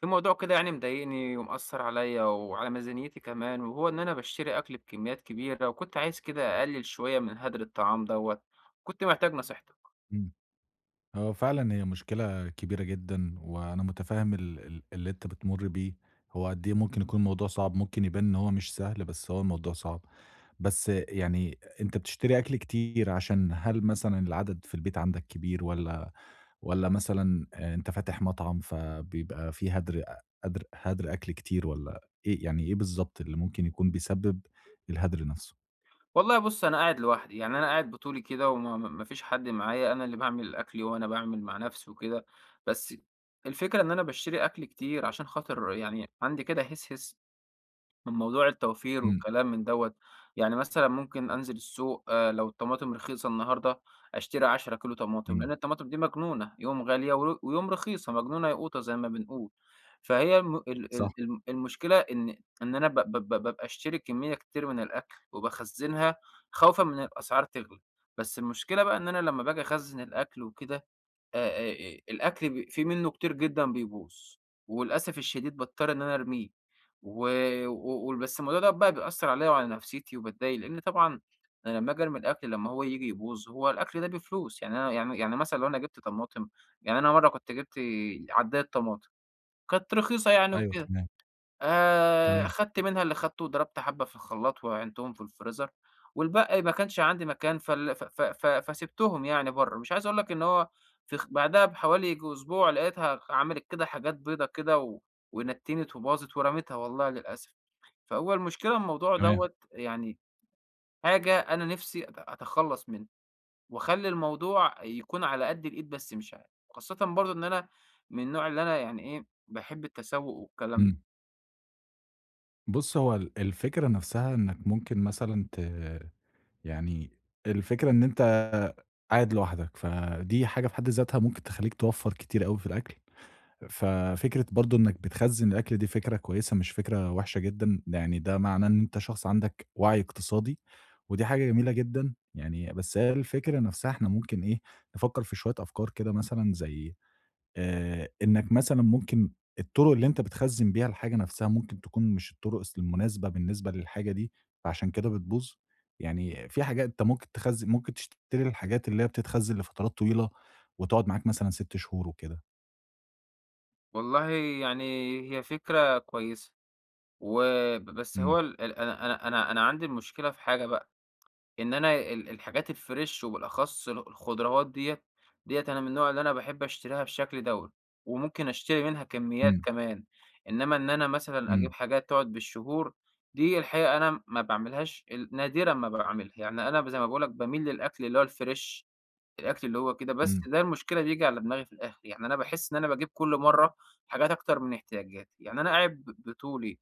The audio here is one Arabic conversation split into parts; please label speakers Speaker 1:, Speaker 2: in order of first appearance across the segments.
Speaker 1: في موضوع كده يعني مضايقني ومأثر عليا وعلى ميزانيتي كمان، وهو إن أنا باشتري أكل بكميات كبيرة، وكنت عايز كده أقلل شوية من هدر الطعام دوت. كنت محتاج نصيحتك.
Speaker 2: إمم. هو فعلًا هي مشكلة كبيرة جدًا، وأنا متفهم ال اللي أنت بتمُر بيه، هو قد إيه ممكن يكون الموضوع صعب، ممكن يبان إن هو مش سهل، بس هو الموضوع صعب. بس يعني أنت بتشتري أكل كتير عشان هل مثلًا العدد في البيت عندك كبير والّا مثلًا أنت فاتح مطعم فبيبقى في هدر أ هدر هدر أكل كتير والّا إيه بالضبط اللي ممكن يكون بيسبب الهدر نفسه؟
Speaker 1: والله بص، أنا قاعد لوحدي، يعني أنا قاعد بطولي كده ومفيش حد معايا. أنا اللي بعمل الأكل وأنا بعمل مع نفسي وكده. بس الفكرة إن أنا بشتري أكل كتير، عشان خاطر يعني عندي كده هس هس من موضوع التوفير
Speaker 2: إمم،
Speaker 1: والكلام من دوّة. يعني مثلًا ممكن أنزل السوق، لو الطماطم رخيصة النهارده، أشتري 10 كيلو طماطم،
Speaker 2: إمم،
Speaker 1: لأن الطماطم دي مجنونة، يوم غالية ويوم رخيصة، مجنونة ياقوتة زي ما بنقول. فهي الم ال
Speaker 2: صح،
Speaker 1: ال الم المشكلة إن أنا ب ب ب بابقى أشتري كمية كتير من الأكل وباخزّنها خوفًا من الأسعار تغلى. بس المشكلة بقى إن أنا لمّا باجي أخزّن الأكل وكده، الأكل في منّه كتير جدًا بيبوظ، وللأسف الشديد باضطر إن أنا أرميه. و بس الموضوع دوّة بقى بيأثّر عليَّ وعلى نفسيتي وباتضايق، لإن طبعًا أنا لمّا آجي أرمي الأكل لمّا هو ييجي يبوظ، هو الأكل ده بفلوس. يعني أنا يعني مثلًا لو أنا جِبت طماطم، يعني أنا مرّة كنت جِبت عدّاية طماطم، كانت رخيصة يعني
Speaker 2: أيوه
Speaker 1: وكده.
Speaker 2: تمام، تمام،
Speaker 1: خدت منها اللي خدته وضربت حبة في الخلاط وعينتهم في الفريزر، والباقي ما كانش عندي مكان فال ف ف ف فسِبتهم يعني برّه. مش عايز أقول لك إن هو في خ بعدها بحوالي ييجي أسبوع لقيتها عملت كده حاجات بيضة كده، و ونتِّنت وباظت ورميتها والله للأسف. فهو المشكلة الموضوع
Speaker 2: تمام،
Speaker 1: دوّة يعني حاجة أنا نِفْسي أتخلّص منها، وأخلّي الموضوع يكون على قد الإيد، بس مش عارف. خاصةً برضه إن أنا من النوع اللي أنا يعني إيه، باحب التسوّق والكلام ده.
Speaker 2: إمم. بُص، هو ال الفكرة نفسها إنك ممكن مثلًا يعني الفكرة إن أنت قاعد لوحدك، فدي حاجة في حد ذاتها ممكن تخلّيك توفّر كتير أوي في الأكل، ففكرة برضه إنك بتخزّن الأكل دي فكرة كويسة مش فكرة وحشة جدًا، يعني ده معناه إن أنت شخص عندك وعي اقتصادي، ودي حاجة جميلة جدًا يعني، بس هي الفكرة نفسها إحنا ممكن إيه، نفكّر في شوية أفكار كده مثلًا زي إنك مثلًا ممكن الطرق اللي أنت بتخزّن بيها الحاجة نفسها ممكن تكون مش الطرق المناسبة بالنسبة للحاجة دي، فعشان كده بتبوظ؟ يعني في حاجات أنت ممكن تخزّن ممكن تشتري الحاجات اللي هي بتتخزّن لفترات طويلة وتقعد معاك مثلًا 6 شهور وكده.
Speaker 1: والله يعني هي فكرة كويسة، بس
Speaker 2: إمم،
Speaker 1: هو ال ال أنا أنا أنا أنا عندي المشكلة في حاجة بقى. إن أنا الحاجات الفريش وبالأخص الخضروات ديّة، ديّة أنا من النوع اللي أنا باحب أشتريها بالشكل دوّة، وممكن أشتري منها كميات
Speaker 2: إمم،
Speaker 1: كمان. إنّما إن أنا مثلًا أجيب
Speaker 2: إمم،
Speaker 1: حاجات تقعد بالشهور، دي الحقيقة أنا ما باعملهاش، نادرًا ما باعملها. يعني أنا زي ما باقول لك باميل للأكل اللي هو الفريش، الأكل اللي هو كده. بس
Speaker 2: إمم،
Speaker 1: ده المشكلة بييجي على دماغي في الآخر، يعني أنا باحس إن أنا باجيب كل مرّة حاجات أكتر من احتياجاتي. يعني أنا قاعد بطولي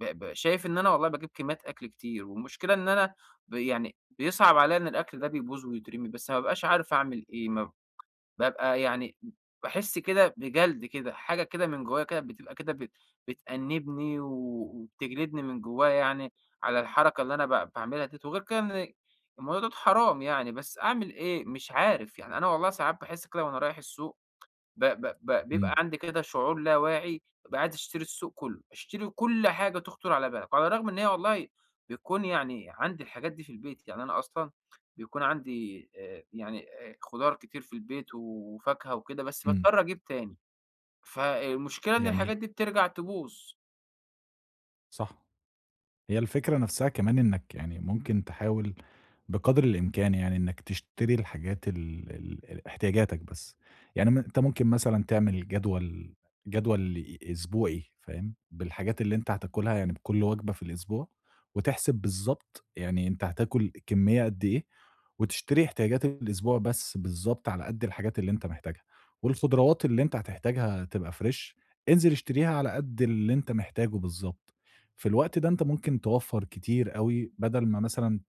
Speaker 1: ب ب شايف إن أنا والله باجيب كميات أكل كتير، والمشكلة إن أنا يعني بيصعب عليّا إن الأكل ده بيبوظ ويترمي، بس ما بابقاش عارف أعمل إيه، ما بابقى يعني باحس كده بجلد كده. حاجة كده من جوايا كده بتبقى كده بتأنِّبني و وبتجلدني من جوايا، يعني على الحركة اللي أنا باعملها ديّة. وغير كده إن الموضوع دوّة حرام يعني، بس أعمل إيه؟ مش عارف. يعني أنا والله ساعات باحس كده وأنا رايح السوق ب ب ب بيبقى
Speaker 2: إمم،
Speaker 1: عندي كده شعور لا واعي، بابقى عايز أشتري السوق كلّه، أشتري كل حاجة تخطر على بالك. وعلى الرغم إن هي والله بيكون يعني عندي الحاجات دي في البيت، يعني أنا أصلًا بيكون عندي يعني خضار كتير في البيت وفاكهة وكده، بس
Speaker 2: إمم،
Speaker 1: باضطر أجيب تاني، فالمشكلة إن
Speaker 2: يعني
Speaker 1: الحاجات دي بترجع تبوظ.
Speaker 2: صح. هي الفكرة نفسها كمان إنك يعني ممكن تحاول بقدر الإمكان يعني إنك تشتري الحاجات ال ال ال احتياجاتك بس. يعني أنت ممكن مثلًا تعمل جدول أسبوعي فاهم، بالحاجات اللي أنت هتاكلها يعني بكل وجبة في الأسبوع، وتحسب بالضبط يعني أنت هتاكل كمية قد إيه، وتشتري احتياجات الأسبوع بس بالضبط على قد الحاجات اللي أنت محتاجها، والخضروات اللي أنت هتحتاجها تبقى فريش، انزل اشتريها على قد اللي أنت محتاجه بالضبط. في الوقت ده أنت ممكن توفّر كتير أوي، بدل ما مثلًا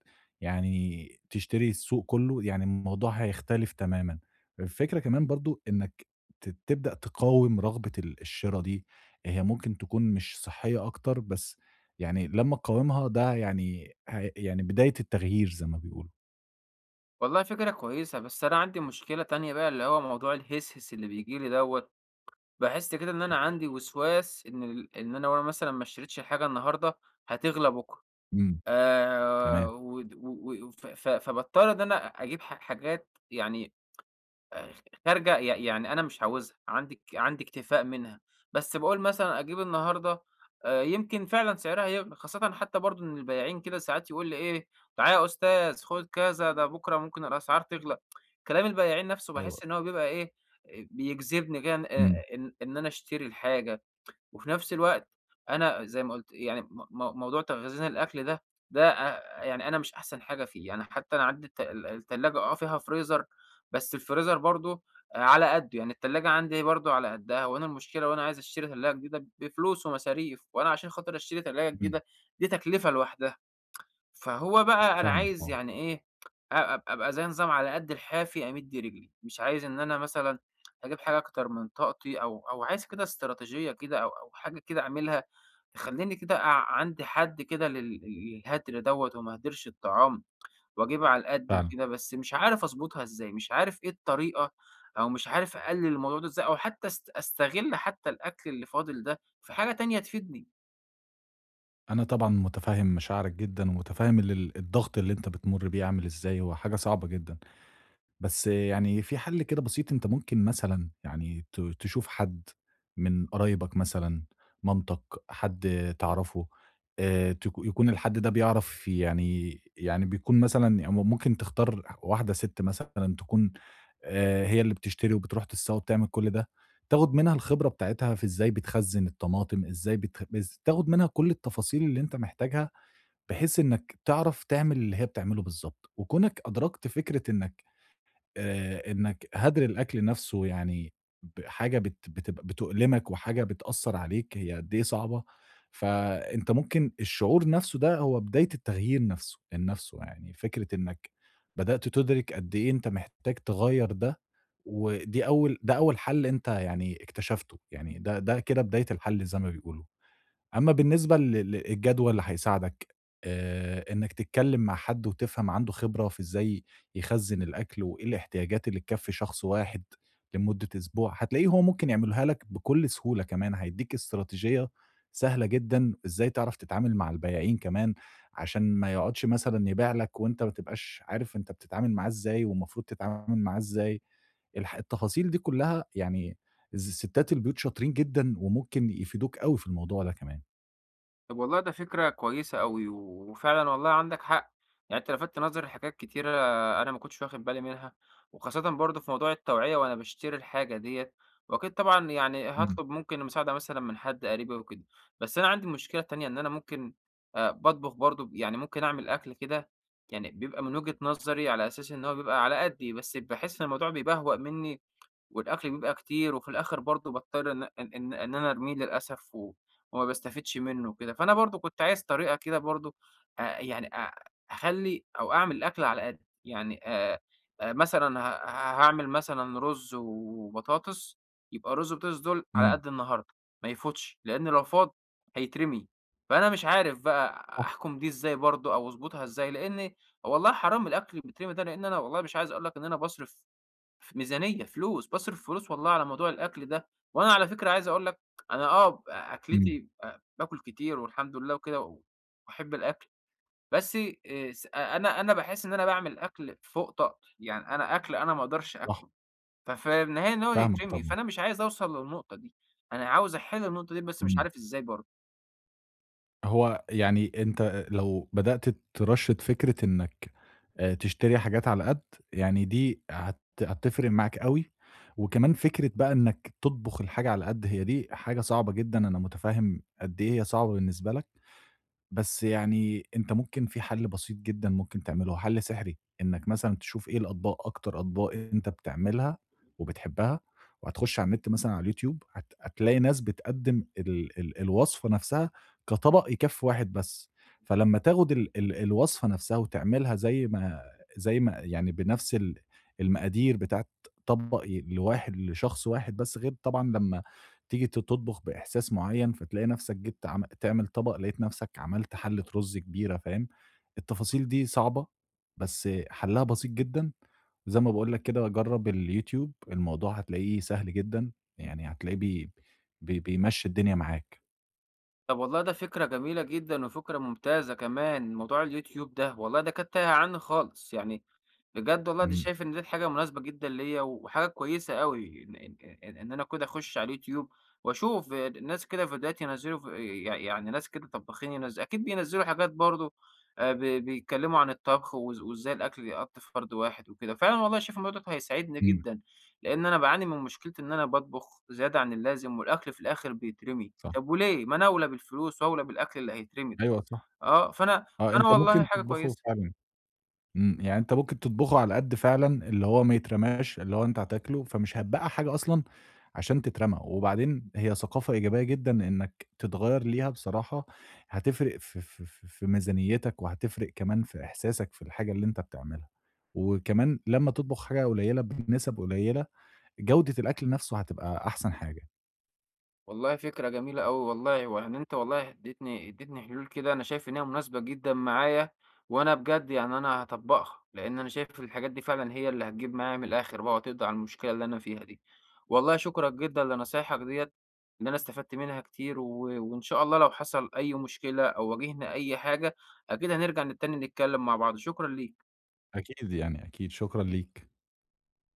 Speaker 2: يعني تشتري السوق كلّه، يعني الموضوع هيختلف تمامًا. الفكرة كمان برضه إنّك تبدأ تقاوم رغبة الشِرا دي، هي ممكن تكون مش صحّية أكتر، بس يعني لمّا تقاومها ده يعني ه يعني بداية التغيير زي ما بيقولوا.
Speaker 1: والله فكرة كويسة، بس أنا عندي مشكلة تانية بقى اللي هو موضوع الهسهس اللي بييجي لي دوّة. باحس كده إن أنا عندي وسواس، إن إن أنا لو أنا مثلًا ما اشتريتش الحاجة النهارده هتغلى بُكرة.
Speaker 2: إمم، تمام.
Speaker 1: ود و و ف ف فباضطر إن أنا أجيب حاجات يعني آآ خارجة، يعني أنا مش عاوزها، عندي اكتفاء منها. بس باقول مثلًا أجيب النهارده، يمكن فعلًا سعرها يغلى. خاصةً حتى برضه إن البياعين كده ساعات يقول لي إيه: "تعالَ يا أستاذ خُد كذا، ده بُكرة ممكن الأسعار تغلى." كلام البياعين نَفْسه
Speaker 2: أيوه،
Speaker 1: باحس إن هو بيبقى إيه، بيجذبني كده إن
Speaker 2: إمم،
Speaker 1: أنا أشتري الحاجة. وفي نفس الوقت أنا زي ما قُلت، يعني م مو موضوع تخزين الأكل ده، ده يعني أنا مش أحسن حاجة فيه، يعني حتى أنا عندي التلاجة آه فيها freezer، بس الfreezer برضه على قدّه، يعني التلاجة عندي برضه على قدّها. وأنا المشكلة وأنا عايز أشتري تلاجة جديدة بفلوس ومصاريف، وأنا عشان خاطر أشتري تلاجة
Speaker 2: إمم،
Speaker 1: جديدة دي تكلفة لوحدها. فهو بقى أنا
Speaker 2: فاهمك
Speaker 1: عايز
Speaker 2: طبعًا،
Speaker 1: يعني إيه، أ أب أبقى زي نظام على قد الحافي أمِد رجلي. مش عايز إن أنا مثلًا أجيب حاجة أكتر من طاقتي، أو أو عايز كده استراتيجية كده أو أو حاجة كده أعملها تخلّيني كده عندي حد كده للهدر دوّة، وما أهدرش الطعام وأجيبها على القد
Speaker 2: فعلًا.
Speaker 1: وكده. بس مش عارف أضبطها إزاي، مش عارف إيه الطريقة، أو مش عارف أقلِّل الموضوع ده إزاي، أو حتى أستغِل حتى الأكل اللي فاضل ده في حاجة تانية تفيدني.
Speaker 2: أنا طبعًا مُتفهِّم مشاعرك جدًا ومُتفهِّم الضغط اللي أنت بتمُر بيه عامل إزاي، هو حاجة صعبة جدًا. بس يعني في حل كده بسيط أنت ممكن مثلًا يعني تشوف حد من قرايبك مثلًا، مامتك، حد تعرفه، يكون الحد ده بيعرف في يعني بيكون مثلًا يعني ممكن تختار واحدة ست مثلًا تكون هي اللي بتشتري وبتروح تسّاق وبتعمل كل ده، تاخد منها الخبرة بتاعتها في إزاي بتخزّن الطماطم، إزاي بتخ بز تاخد منها كل التفاصيل اللي أنت محتاجها، بحيث إنك تعرف تعمل اللي هي بتعمله بالضبط، وكونك أدركت فكرة إنك إنّك هدر الأكل نَفْسه يعني حاجة بتبقى بتؤلمك وحاجة بتأثّر عليك، هي قد إيه صعبة، فأنت ممكن الشعور نَفْسه ده هو بداية التغيير نَفْسه لنَفْسه، يعني فكرة إنّك بدأت تُدرِك قد إيه أنت محتاج تغيّر ده، ودي أول ده أول حَل أنت يعني اكتشفته، يعني ده ده كده بداية الحَل زي ما بيقولوا. أمّا بالنسبة للجدول اللي هيساعدك إنك تتكلّم مع حد وتفهم عنده خبرة في إزاي يخزّن الأكل وإيه الاحتياجات اللي تكفّي شخص واحد لمدة أسبوع، هتلاقيه هو ممكن يعملها لك بكل سهولة كمان، هيدّيك استراتيجية سهلة جدًا إزاي تعرف تتعامل مع البياعين كمان، عشان ما يقعدش مثلًا يبيع لك وأنت ما تبقاش عارف أنت بتتعامل معاه إزاي والمفروض تتعامل معاه إزاي، التفاصيل دي كلّها يعني ستّات البيوت شاطرين جدًا وممكن يفيدوك أوي في الموضوع ده كمان.
Speaker 1: طب والله ده فكرة كويسة أوي، وفعلًا والله عندك حق. يعني أنت لفتت نظري لحاجات كتيرة أنا ما كنتش واخد بالي منها، وخاصةً برضه في موضوع التوعية وأنا باشتري الحاجة ديّة، وأكيد طبعًا يعني
Speaker 2: إمم،
Speaker 1: هاطلب ممكن مساعدة مثلًا من حد قريبي وكده. بس أنا عندي مشكلة تانية، إن أنا ممكن باطبخ برضه يعني ممكن أعمل أكل كده، يعني بيبقى من وجهة نظري على أساس إن هو بيبقى على قدي، بس باحس إن الموضوع بيبهوأ مني والأكل بيبقى كتير. وفي الآخر برضه باضطر إن أنا أرميه للأسف، و وما باستفيدش منه وكده. فأنا برضه كنت عايز طريقة كده برضه، يعني أخلّي أو أعمل الأكل على قدّي. يعني مثلًا هاعمل مثلًا رُز وبطاطس، يبقى الرُز والبطاطس دول على
Speaker 2: إمم،
Speaker 1: قد النهارده، ما يفوتش، لإن لو فاض هيترمي. فأنا مش عارف بقى
Speaker 2: صح،
Speaker 1: أحكُم دي إزاي برضه أو أضبطها إزاي، لإن والله حرام الأكل اللي بيترمي ده. لإن أنا والله مش عايز أقول لك إن أنا باصرف ميزانية، فلوس، باصرف فلوس والله على موضوع الأكل ده. وأنا على فكرة عايز أقول لك، أنا آه
Speaker 2: إمم،
Speaker 1: أكلتي، باكل كتير والحمد لله وكده، وباحب الأكل. بس س أنا أنا باحس إن أنا باعمل أكل فوق طاقتي. يعني أنا أكل أنا ما أقدرش
Speaker 2: صح،
Speaker 1: آكله، ففي النهاية إن هو
Speaker 2: فاهمك
Speaker 1: يترمي،
Speaker 2: طبعًا،
Speaker 1: فأنا مش عايز أوصل للنقطة دي. أنا عاوز أحل النقطة دي بس مش
Speaker 2: إمم،
Speaker 1: عارف إزاي برضه.
Speaker 2: هو يعني أنت لو بدأت ترشّد فكرة إنك تشتري حاجات على قد، يعني دي هتفرق معاك أوي، وكمان فكرة بقى إنك تطبخ الحاجة على قد، هي دي حاجة صعبة جدًا، أنا متفهم قد إيه هي صعبة بالنسبة لك. بس يعني أنت ممكن في حل بسيط جدًا ممكن تعمله، هو حل سحري، إنك مثلًا تشوف إيه الأطباق أكتر أطباق أنت بتعملها وبتحبها، وهتخش على النت مثلًا على اليوتيوب هتلاقي ناس بتقدّم ال الوصفة نفسها كطبق يكفّي واحد بس، فلمّا تاخد ال ال الوصفة نفسها وتعملها زي ما يعني بنفس المقادير بتاعة طبق ي لواحد لشخص واحد بس، غير طبعًا لمّا تيجي تطبخ بإحساس معيّن، فتلاقي نَفْسك جِبت عم تعمل طبق، لقيت نَفْسك عملت حَلّة رُز كبيرة، فاهم؟ التفاصيل دي صعبة، بس حَلّها بسيط جدًا، وزي ما باقول لك كده جرّب اليوتيوب، الموضوع هتلاقيه سهل جدًا، يعني هتلاقيه بي بي بيمشّي الدنيا معاك.
Speaker 1: طب والله ده فكرة جميلة جدًا وفكرة ممتازة كمان، موضوع اليوتيوب ده، والله ده كانت تايهة عني خالص. يعني بجد والله دي
Speaker 2: إمم،
Speaker 1: شايف إن ديّة حاجة مناسبة جدًا ليّا، وحاجة كويسة أوي إن أنا كده أخش على اليوتيوب وأشوف ناس كده فيديوهات ينزّلوا، ف يع يعني ناس كده طباخين، أكيد بينزّلوا حاجات برضه، بيتكلّموا عن الطبخ وإزاي الأكل يتقَط في فرد واحد وكده. فعلًا والله شايف الموضوع دوّة هيساعدني
Speaker 2: إمم،
Speaker 1: جدًا، لإن أنا باعاني من مشكلة، إن أنا باطبخ زيادة عن اللازم والأكل في الآخر بيترمي.
Speaker 2: صح.
Speaker 1: طب وليه؟ ما أنا أولى بالفلوس وأولى بالأكل اللي هيترمي ده.
Speaker 2: أيوه صح،
Speaker 1: آه، فأنا
Speaker 2: آه،
Speaker 1: فأنا
Speaker 2: أنت
Speaker 1: والله
Speaker 2: ممكن
Speaker 1: حاجة
Speaker 2: تطبخه
Speaker 1: كويسة.
Speaker 2: فعلًا. إمم، يعني أنت ممكن تطبخه على قد فعلًا اللي هو ما يترماش، اللي هو أنت هتاكله، فمش هتبقّع حاجة أصلًا عشان تترمى، وبعدين هي ثقافة إيجابية جدًا إنّك تتغيّر ليها بصراحة، هتفرق في ميزانيتك، وهتفرق كمان في إحساسك في الحاجة اللي أنت بتعملها، وكمان لمّا تطبخ حاجة قليّلة بنسب قليّلة، جودة الأكل نَفْسه هتبقى أحسن حاجة.
Speaker 1: والله فكرة جميلة أوي والله. ويعني أنت والله اديتني حلول كده أنا شايف إن هي مناسبة جدًا معايا، وأنا بجد يعني أنا هاطبّقها، لإن أنا شايف الحاجات دي فعلًا هي اللي هتجيب معايا من الآخر بقى وتقضي على المشكلة اللي أنا فيها دي. والله شكرًا جدًا لنصايحك ديّة، إن أنا استفدت منها كتير، وإن شاء الله لو حصل أي مشكلة أو واجهنا أي حاجة، أكيد هنرجع تاني نتكلم مع بعض. شكرًا ليك.
Speaker 2: أكيد يعني، أكيد، شكرًا ليك.